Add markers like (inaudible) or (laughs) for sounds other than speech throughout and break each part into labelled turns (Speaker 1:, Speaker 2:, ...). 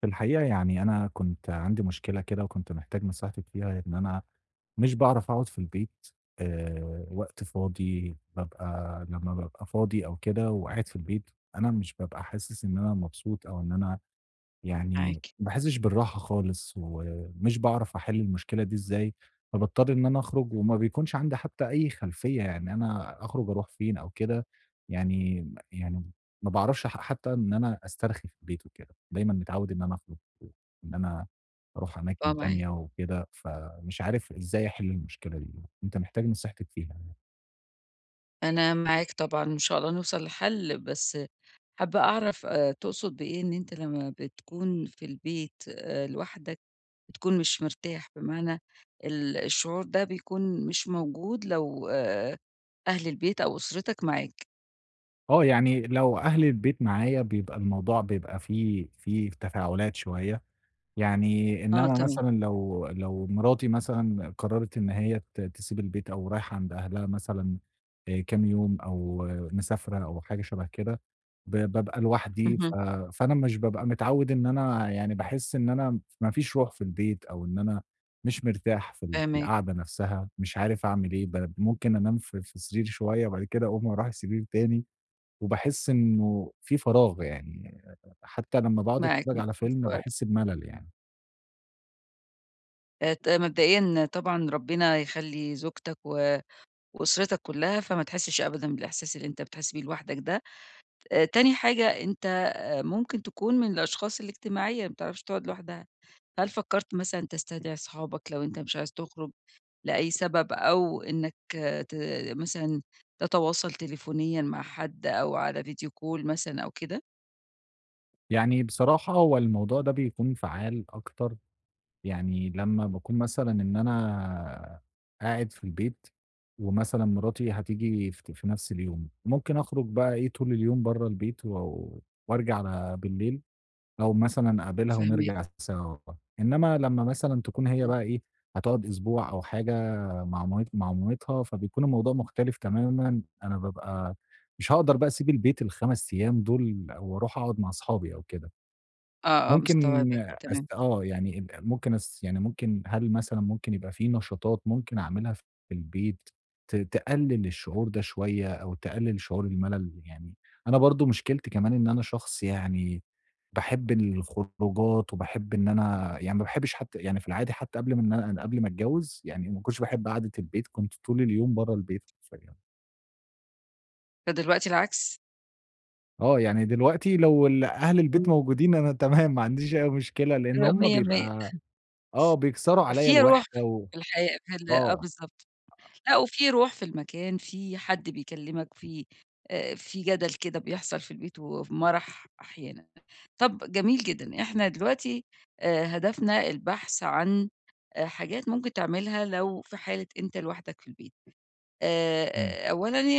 Speaker 1: في الحقيقة، يعني أنا كنت عندي مشكلة كده وكنت محتاج نصيحتِك فيها، إن أنا مش باعرف أقعد في البيت وقت فاضي. لمّا بابقى فاضي أو كده وقاعد في البيت، أنا مش بابقى حاسس إن أنا مبسوط أو إن أنا، يعني، ما
Speaker 2: معاكِ،
Speaker 1: باحسّش بالراحة خالص، ومش باعرف أحِل المشكلة دي إزاي، فباضطر إن أنا أخرج وما بيكونش عندي حتى أي خلفية، يعني أنا أخرج أروح فين أو كده، يعني م يعني ما باعرفش حتى إن أنا أسترخي في البيت وكده، دايمًا متعوّد إن أنا أخرج وإن أنا أروح
Speaker 2: آه
Speaker 1: أماكن
Speaker 2: معاكِ.
Speaker 1: تانية وكده، فمش عارف إزاي أحِل المشكلة دي، كنت محتاج نصيحتِك فيها.
Speaker 2: أنا معاك طبعًا، وإن شاء الله نوصل لحل، بس حابة أعرف تقصد بإيه إن أنت لمّا بتكون في البيت لوحدك بتكون مش مرتاح؟ بمعنى الشعور ده بيكون مش موجود لو أهل البيت أو أسرتك معاك.
Speaker 1: آه، يعني لو أهل البيت معايا بيبقى الموضوع بيبقى فيه تفاعلات شوية. يعني
Speaker 2: آه
Speaker 1: إنما
Speaker 2: تمام،
Speaker 1: مثلًا لو مراتي مثلًا قررت إن هي تسيب البيت أو رايحة عند أهلها مثلًا كام يوم أو مسافرة أو حاجة شبه كده، بابقى لوحدي
Speaker 2: اهم،
Speaker 1: فأنا مش بابقى متعوّد إن أنا، يعني، باحس إن أنا ما فيش روح في البيت أو إن أنا مش مرتاح في
Speaker 2: فاهماك،
Speaker 1: القعدة نفسها، مش عارف أعمل إيه، ممكن أنام في سرير شوية وبعد كده أقوم أروح السرير تاني، وباحس إنه في فراغ، يعني حتى لمّا باقعد
Speaker 2: معاك،
Speaker 1: أتفرّج
Speaker 2: م
Speaker 1: على فيلم
Speaker 2: مستوعبة.
Speaker 1: باحس بملل يعني.
Speaker 2: ت مبدئيًا طبعًا ربنا يخلّي زوجتك و وأسرتك كلّها، فما تحسّش أبدًا بالإحساس اللي أنت بتحس بيه لوحدك ده، تاني حاجة أنت ممكن تكون من الأشخاص الاجتماعية، ما بتعرفش تقعد لوحدها، هل فكّرت مثلًا تستدعي أصحابك لو أنت مش عايز تخرج لأي سبب، أو إنّك آه، ت مثلًا تتواصل تليفونيًا مع حد أو على فيديو كول مثلًا أو كده؟
Speaker 1: يعني بصراحة هو الموضوع ده بيكون فعّال أكتر، يعني لمّا باكون مثلًا إن أنا قاعد في البيت، ومثلًا مراتي هتيجي في نفس اليوم، ممكن أخرج بقى إيه طول اليوم برّه البيت وأرجع على بالليل، أو مثلًا أقابلها
Speaker 2: فاهماك،
Speaker 1: ونرجع سوا. إنما لمّا مثلًا تكون هي،
Speaker 2: إمم،
Speaker 1: بقى إيه، هتقعد أسبوع أو حاجة مع مامتها، فبيكون الموضوع مختلف تمامًا، أنا بابقى مش هاقدر بقى أسيب البيت ال5 أيام دول، وأروح أقعد مع أصحابي أو كده.
Speaker 2: آه، آه،
Speaker 1: ممكن
Speaker 2: مستوعباك، تمام،
Speaker 1: أست آه، يعني ال ممكن أس يعني ممكن هل مثلًا ممكن يبقى في نشاطات ممكن أعملها في البيت تقلل الشعور ده شوية أو تقلل شعور الملل؟ يعني أنا برضه مشكلتي كمان إن أنا شخص، يعني، باحب الخروجات وباحب إن أنا، يعني، ما باحبش حتى، يعني، في العادي حتى قبل ما أتجوّز، يعني ما كنتش باحب قعدة البيت، كنت طول اليوم برّه البيت حرفيًا.
Speaker 2: فدلوقتي العكس،
Speaker 1: آه، يعني دلوقتي لو أهل البيت
Speaker 2: إمم،
Speaker 1: موجودين أنا (laughs) تمام، ما عنديش أي مشكلة، لإن هم
Speaker 2: مِيّة، مِيّة،
Speaker 1: بيبقى بيكسروا عليَّ
Speaker 2: في روح
Speaker 1: الوحدة و.
Speaker 2: في الحياة في ال آه
Speaker 1: آه.
Speaker 2: بالضبط. لأ، وفي روح في المكان، في حد بيكلّمك، في جدل كده بيحصل في البيت ومَرَح أحيانًا. طَب جميل جدًا، إحنا دلوقتي هدفنا البحث عن حاجات ممكن تعملها لو في حالة أنت لوحدك في البيت.
Speaker 1: إمم.
Speaker 2: أولًا ي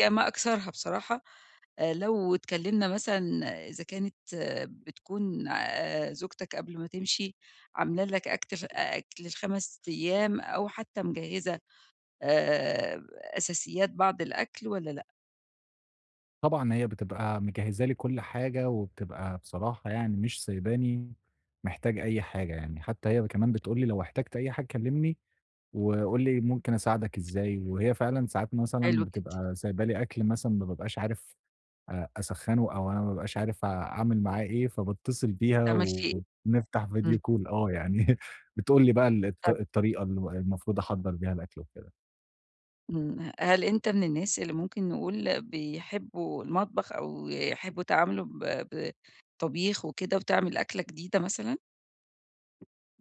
Speaker 2: يا ما أكثرها بصراحة، لو اتكلّمنا مثلًا إذا كانت بتكون زوجتك قبل ما تمشي عاملة لك أكل ال5 أيام أو حتى مجهّزة آآ أساسيات بعض الأكل والّا لأ؟
Speaker 1: طبعًا هي بتبقى مجهزة لي كل حاجة، وبتبقى بصراحة، يعني، مش سايباني محتاج أي حاجة يعني، حتى هي كمان بتقول لي لو احتجت أي حاجة كلمني، وقُل لي ممكن أساعدك إزاي، وهي فعلًا ساعات مثلًا
Speaker 2: حلو جدًا،
Speaker 1: بتبقى سايبة لي أكل مثلًا ما بابقاش عارف أسخّنه، أو أنا ما بابقاش عارف أعمل معاه إيه، فباتصل بيها
Speaker 2: بتعمل فيه إيه؟
Speaker 1: ونفتح
Speaker 2: إمم،
Speaker 1: فيديو كول. يعني (laughs) بتقول لي بقى ال الط
Speaker 2: طب
Speaker 1: الطريقة المفروض أحضّر بيها الأكل وكده.
Speaker 2: إمم، هل أنت من الناس اللي ممكن نقول بيحبوا المطبخ أو يحبوا يتعاملوا بطبيخ وكده وتعمل أكلة جديدة مثلًا؟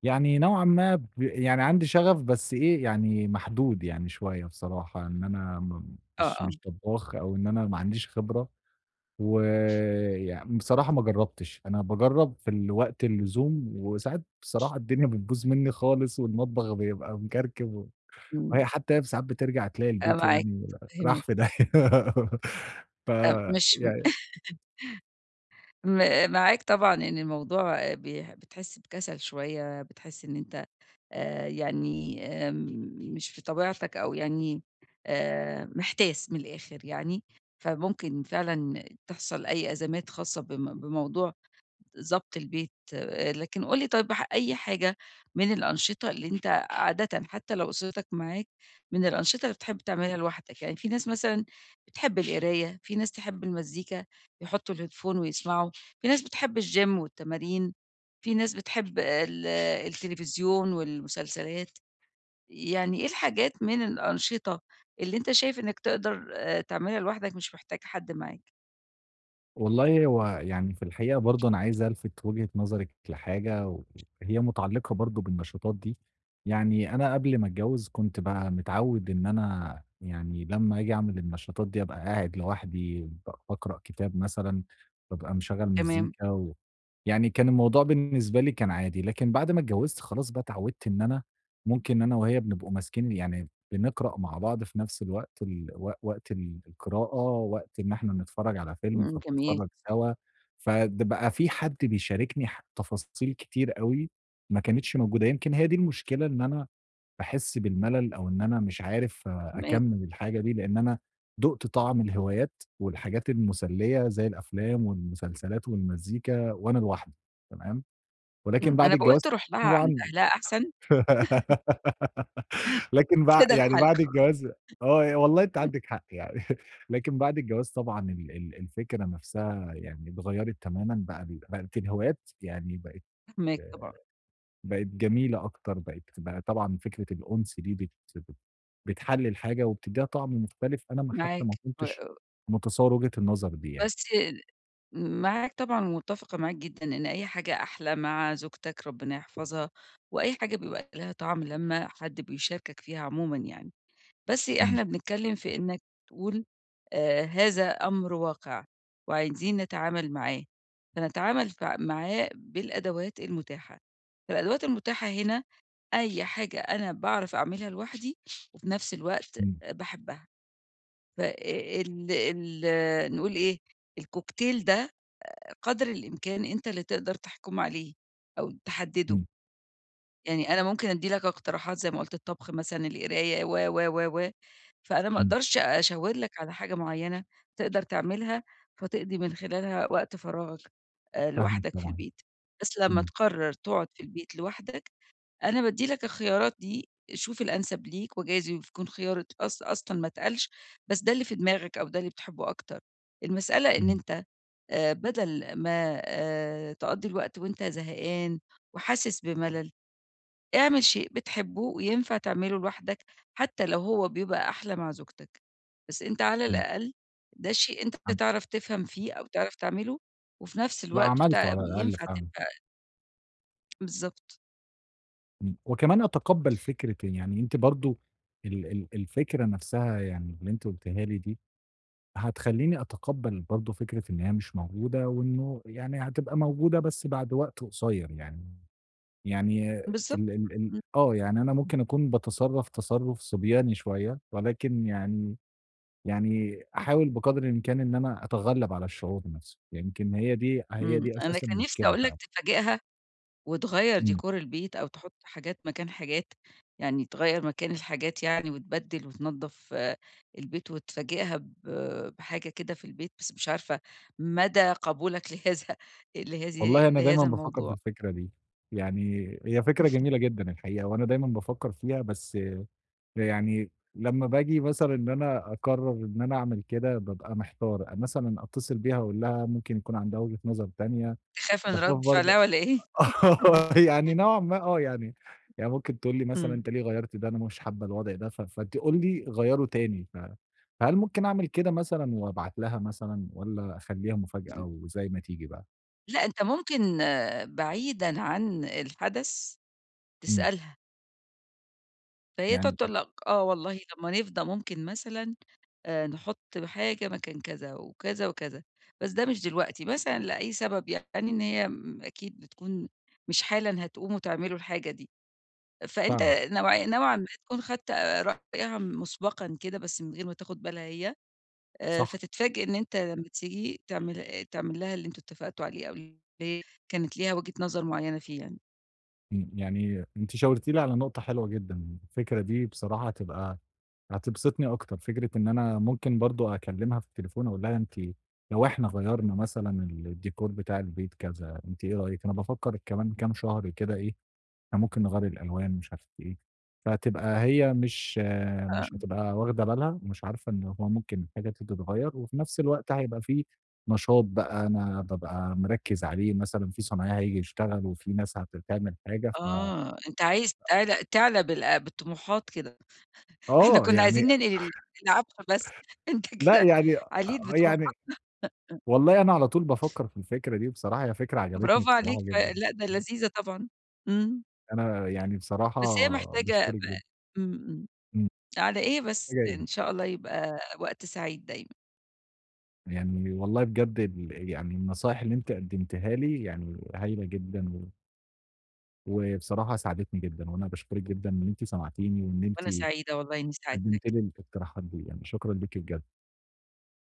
Speaker 1: يعني نوعًا ما ب يعني عندي شغف بس إيه، يعني محدود يعني شوية بصراحة، إن أنا م
Speaker 2: آه،
Speaker 1: مش
Speaker 2: آه،
Speaker 1: مش طبّاخ أو إن أنا ما عنديش خبرة، بصراحة ما جرّبتش. أنا باجرّب في ال وقت اللزوم، وساعات بصراحة الدنيا بتبوظ منّي خالص والمطبخ بيبقى مكركب و.
Speaker 2: إمم،
Speaker 1: حتى هي ساعات بترجع تلاقي
Speaker 2: أنا
Speaker 1: البيت،
Speaker 2: معاك،
Speaker 1: يعني، راح
Speaker 2: متفهماك،
Speaker 1: في داهية (laughs) ف.
Speaker 2: مش م معاك طبعًا إن الموضوع بتحس بكسل شوية، بتحس إن أنت يعني مش في طبيعتك أو يعني محتاس من الآخر يعني، فممكن فعلًا تحصل أي أزمات خاصة بموضوع ضبط البيت، آه، لكن قُل لي طيب أي حاجة من الأنشطة اللي أنت عادةً حتى لو أسرتك معاك، من الأنشطة اللي بتحب تعملها لوحدك، يعني في ناس مثلًا بتحب القراية، في ناس تحب المزيكا يحطّوا الheadphone ويسمعوا، في ناس بتحب الgym والتمارين، في ناس بتحب التلفزيون والمسلسلات، يعني إيه الحاجات من الأنشطة اللي أنت شايف إنك تقدر تعملها لوحدك مش محتاج حد معاك؟
Speaker 1: والله هو، يعني، في الحقيقة برضه أنا عايز ألفت وجهة نظرِك لحاجة، وهي متعلقة برضه بالنشاطات دي. يعني أنا قبل ما أتجوّز كنت بقى متعوّد إن أنا، يعني، لمّا آجي أعمل النشاطات دي أبقى قاعد لوحدي، باقرأ كتاب مثلًا، بابقى مشغّل
Speaker 2: تمام،
Speaker 1: مزيكا و، يعني، كان الموضوع بالنسبة لي كان عادي. لكن بعد ما اتجوّزت خلاص بقى اتعوّدت إن أنا ممكن أنا وهي بنبقوا ماسكين، يعني، بنقرأ مع بعض في نفس الوقت ال و وقت القراءة، وقت إن إحنا نتفرّج على فيلم،
Speaker 2: إمم، جميل،
Speaker 1: فبنتفرّج سوا. بقى في حد بيشاركني تفاصيل كتير أوي ما كانتش موجودة، يمكن هي دي المشكلة إن أنا باحس بالملل أو إن أنا مش عارف
Speaker 2: فاهماك.
Speaker 1: أكمّل الحاجة دي، لإن أنا دُقت طعم الهوايات والحاجات المسلية زي الأفلام والمسلسلات والمزيكا وأنا لوحدي، تمام، ولكن
Speaker 2: إمم،
Speaker 1: بعد
Speaker 2: أنا باقول
Speaker 1: الجواز
Speaker 2: تروح لها عند
Speaker 1: طبعًا
Speaker 2: أهلها أحسن،
Speaker 1: (laughs) لكن بع
Speaker 2: كده
Speaker 1: يعني
Speaker 2: الحل
Speaker 1: بعد
Speaker 2: خلاص
Speaker 1: الجواز. آه، والله أنتِ عندِك حق يعني (laughs) لكن بعد الجواز طبعًا ال ال الفكرة نفسها، يعني، اتغيّرت تمامًا، بقى بقت الهوايات، يعني، بقت
Speaker 2: فاهماك طبعًا،
Speaker 1: بقت جميلة أكتر، بقت بقى طبعًا فكرة الأُنس دي بت بت بتحلّي الحاجة وبتدّيها طعم مختلف. أنا ما حتى
Speaker 2: معاك
Speaker 1: ما
Speaker 2: ب
Speaker 1: كنتش متصوّر وجهة النظر دي يعني.
Speaker 2: بس معاك طبعًا ومتّفقة معاك جدًا إن أي حاجة أحلى مع زوجتك ربنا يحفظها، وأي حاجة بيبقى لها طعم لمّا حد بيشاركك فيها عمومًا يعني، بس
Speaker 1: إمم،
Speaker 2: إحنا بنتكلّم في إنك تقول هذا أمر واقع وعايزين نتعامل معاه، فنتعامل معاه بالأدوات المتاحة، فالأدوات المتاحة هنا أي حاجة أنا باعرف أعملها لوحدي وفي نفس الوقت
Speaker 1: إمم،
Speaker 2: باحبها. ف ال ال نقول إيه، الكوكتيل ده قدر الإمكان أنت اللي تقدر تحكم عليه أو تحدّده.
Speaker 1: إمم،
Speaker 2: يعني أنا ممكن أدّي لك اقتراحات زي ما قُلت الطبخ مثلًا، القراية و، فأنا ما
Speaker 1: إمم،
Speaker 2: أقدرش أشاور لك على حاجة معيّنة تقدر تعملها فتقضي من خلالها وقت فراغك
Speaker 1: فاهمِك
Speaker 2: لوحدك في
Speaker 1: طبعًا.
Speaker 2: البيت. بس لمّا
Speaker 1: إمم،
Speaker 2: تقرّر تقعد في البيت لوحدك أنا بادّي لك الخيارات دي، شوف الأنسب ليك، وجايز يكون خيار أصلًا ما اتقالش، بس ده اللي في دماغك أو ده اللي بتحبه أكتر. المسألة إن
Speaker 1: إمم،
Speaker 2: أنت بدل ما تقضّي الوقت وأنت زهقان وحاسس بملل، اعمل شيء بتحبه وينفع تعمله لوحدك، حتى لو هو بيبقى أحلى مع زوجتك، بس أنت على
Speaker 1: إمم،
Speaker 2: الأقل ده شيء أنت
Speaker 1: عم
Speaker 2: تعرف تفهم فيه أو تعرف تعمله، وفي نفس
Speaker 1: أبقى
Speaker 2: الوقت
Speaker 1: عملته
Speaker 2: بتاع
Speaker 1: على الأقل
Speaker 2: ينفع
Speaker 1: فعلًا.
Speaker 2: تبقى بالضبط،
Speaker 1: إمم، وكمان أتقبّل فكرة، يعني أنتِ برضه ال ال الفكرة نفسها، يعني، اللي أنتِ قُلتيها لي دي، هتخلّيني أتقبّل برضه فكرة إن هي مش موجودة وإنه، يعني، هتبقى موجودة بس بعد وقت قصيّر، يعني، يعني ال
Speaker 2: بالضبط.
Speaker 1: ال ال
Speaker 2: إمم.
Speaker 1: آه، يعني أنا ممكن أكون باتصرّف تصرُّف صبياني شوية، ولكن، يعني أحاول بقدر الإمكان إن أنا أتغلّب على الشعور نفسه. يمكن هي دي هي
Speaker 2: إمم،
Speaker 1: دي
Speaker 2: أنا
Speaker 1: أساس
Speaker 2: كان نفسي
Speaker 1: المشكلة
Speaker 2: أقول لك
Speaker 1: فعلًا.
Speaker 2: تفاجئها وتغيّر
Speaker 1: إمم.
Speaker 2: ديكور البيت أو تحط حاجات مكان حاجات، يعني تغيّر مكان الحاجات يعني وتبدِّل وتنضّف البيت وتفاجئها بحاجة كده في البيت، بس مش عارفة مدى قبولك لهذا لهذه
Speaker 1: والله أنا دايمًا
Speaker 2: لهذا
Speaker 1: بافكّر في
Speaker 2: الموضوع،
Speaker 1: الفكرة دي، يعني هي فكرة جميلة جدًا الحقيقة، وأنا دايمًا بافكّر فيها بس، يعني، لمّا باجي مثلًا إن أنا أقرّر إن أنا أعمل كده بابقى محتار، مثلًا أتصل بيها أقول لها ممكن يكون عندها وجهة نظر تانية.
Speaker 2: تخاف من
Speaker 1: باخاف
Speaker 2: رَد
Speaker 1: برضه
Speaker 2: فعلها والّا إيه؟
Speaker 1: (laughs) يعني نوعًا ما، يعني ممكن تقول لي مثلًا
Speaker 2: إمم،
Speaker 1: أنت ليه غيّرت ده، أنا مش حابة الوضع ده، فتقول لي غيّره تاني، ف فهل ممكن أعمل كده مثلًا وأبعت لها مثلًا والّا أخلّيها مفاجأة وزي ما تيجي بقى؟
Speaker 2: لأ أنت ممكن بعيدًا عن الحدث
Speaker 1: إمم،
Speaker 2: تسألها، فهي تقعد
Speaker 1: يعني
Speaker 2: تقول لك آه والله لمّا نفضى ممكن مثلًا نحُط حاجة مكان كذا وكذا وكذا، بس ده مش دلوقتي، مثلًا لأي سبب يعني إن هي أكيد بتكون مش حالًا هتقوموا تعملوا الحاجة دي، فأنت
Speaker 1: فعلًا.
Speaker 2: نوعًا ما تكون خدت رأيها مسبقًا كده بس من غير ما تاخد بالها هي،
Speaker 1: صح،
Speaker 2: فتتفاجئ إن أنت لمّا تيجي تعمل لها اللي أنتم اتفقتوا عليه أو اللي هي كانت ليها وجهة نظر معيّنة فيه يعني.
Speaker 1: إمم، يعني أنتِ شاورتِ لي على نقطة حلوة جدًا، الفكرة دي بصراحة هتبسطني أكتر، فكرة إن أنا ممكن برضه أكلمها في التليفون أقول لها أنتِ لو إحنا غيّرنا مثلًا الdecor بتاع البيت كذا، أنتِ إيه رأيِك؟ أنا بافكر كمان كام شهر كده إيه، إحنا ممكن نغيّر الألوان مش عارف إيه، فتبقى هي مش
Speaker 2: آه،
Speaker 1: مش هتبقى واخدة بالها ومش عارفة إن هو ممكن الحاجة دي تتغيّر، وفي نفس الوقت هيبقى في نشاط بقى أنا بابقى مركّز عليه، مثلًا في صنايعي هييجي يشتغل وفي ناس هتعمل حاجة. ف
Speaker 2: آه، أنت عايز تعلى بالطموحات كده. إحنا
Speaker 1: آه،
Speaker 2: كنا
Speaker 1: يعني
Speaker 2: عايزين ننقل العفش بس، (laughs) أنت
Speaker 1: لأ،
Speaker 2: كده عليت بطموحاتنا،
Speaker 1: والله أنا على طول بافكّر في الفكرة دي بصراحة، هي فكرة عجبتني
Speaker 2: برافو عليك،
Speaker 1: بصراحة جدًا.
Speaker 2: فلأ ده لذيذة طبعًا، إمم،
Speaker 1: أنا، يعني، بصراحة،
Speaker 2: بس هي محتاجة
Speaker 1: باشكرِك جدًا.
Speaker 2: إمم، إمم،
Speaker 1: إمم.
Speaker 2: على إيه بس،
Speaker 1: حاجة
Speaker 2: إن
Speaker 1: إيه؟
Speaker 2: شاء الله يبقى وقت سعيد دايمًا،
Speaker 1: يعني والله بجد ال يعني النصايح اللي أنتِ قدّمتيها لي، يعني، هايلة جدًا، وبصراحة ساعدتني جدًا، وأنا باشكرِك جدًا إن أنتِ سمعتيني، وإن
Speaker 2: وأنا
Speaker 1: أنتِ
Speaker 2: سعيدة والله إني ساعدتك.
Speaker 1: قدّمتِ لي الاقتراحات دي، يعني شكرًا ليكِ بجد.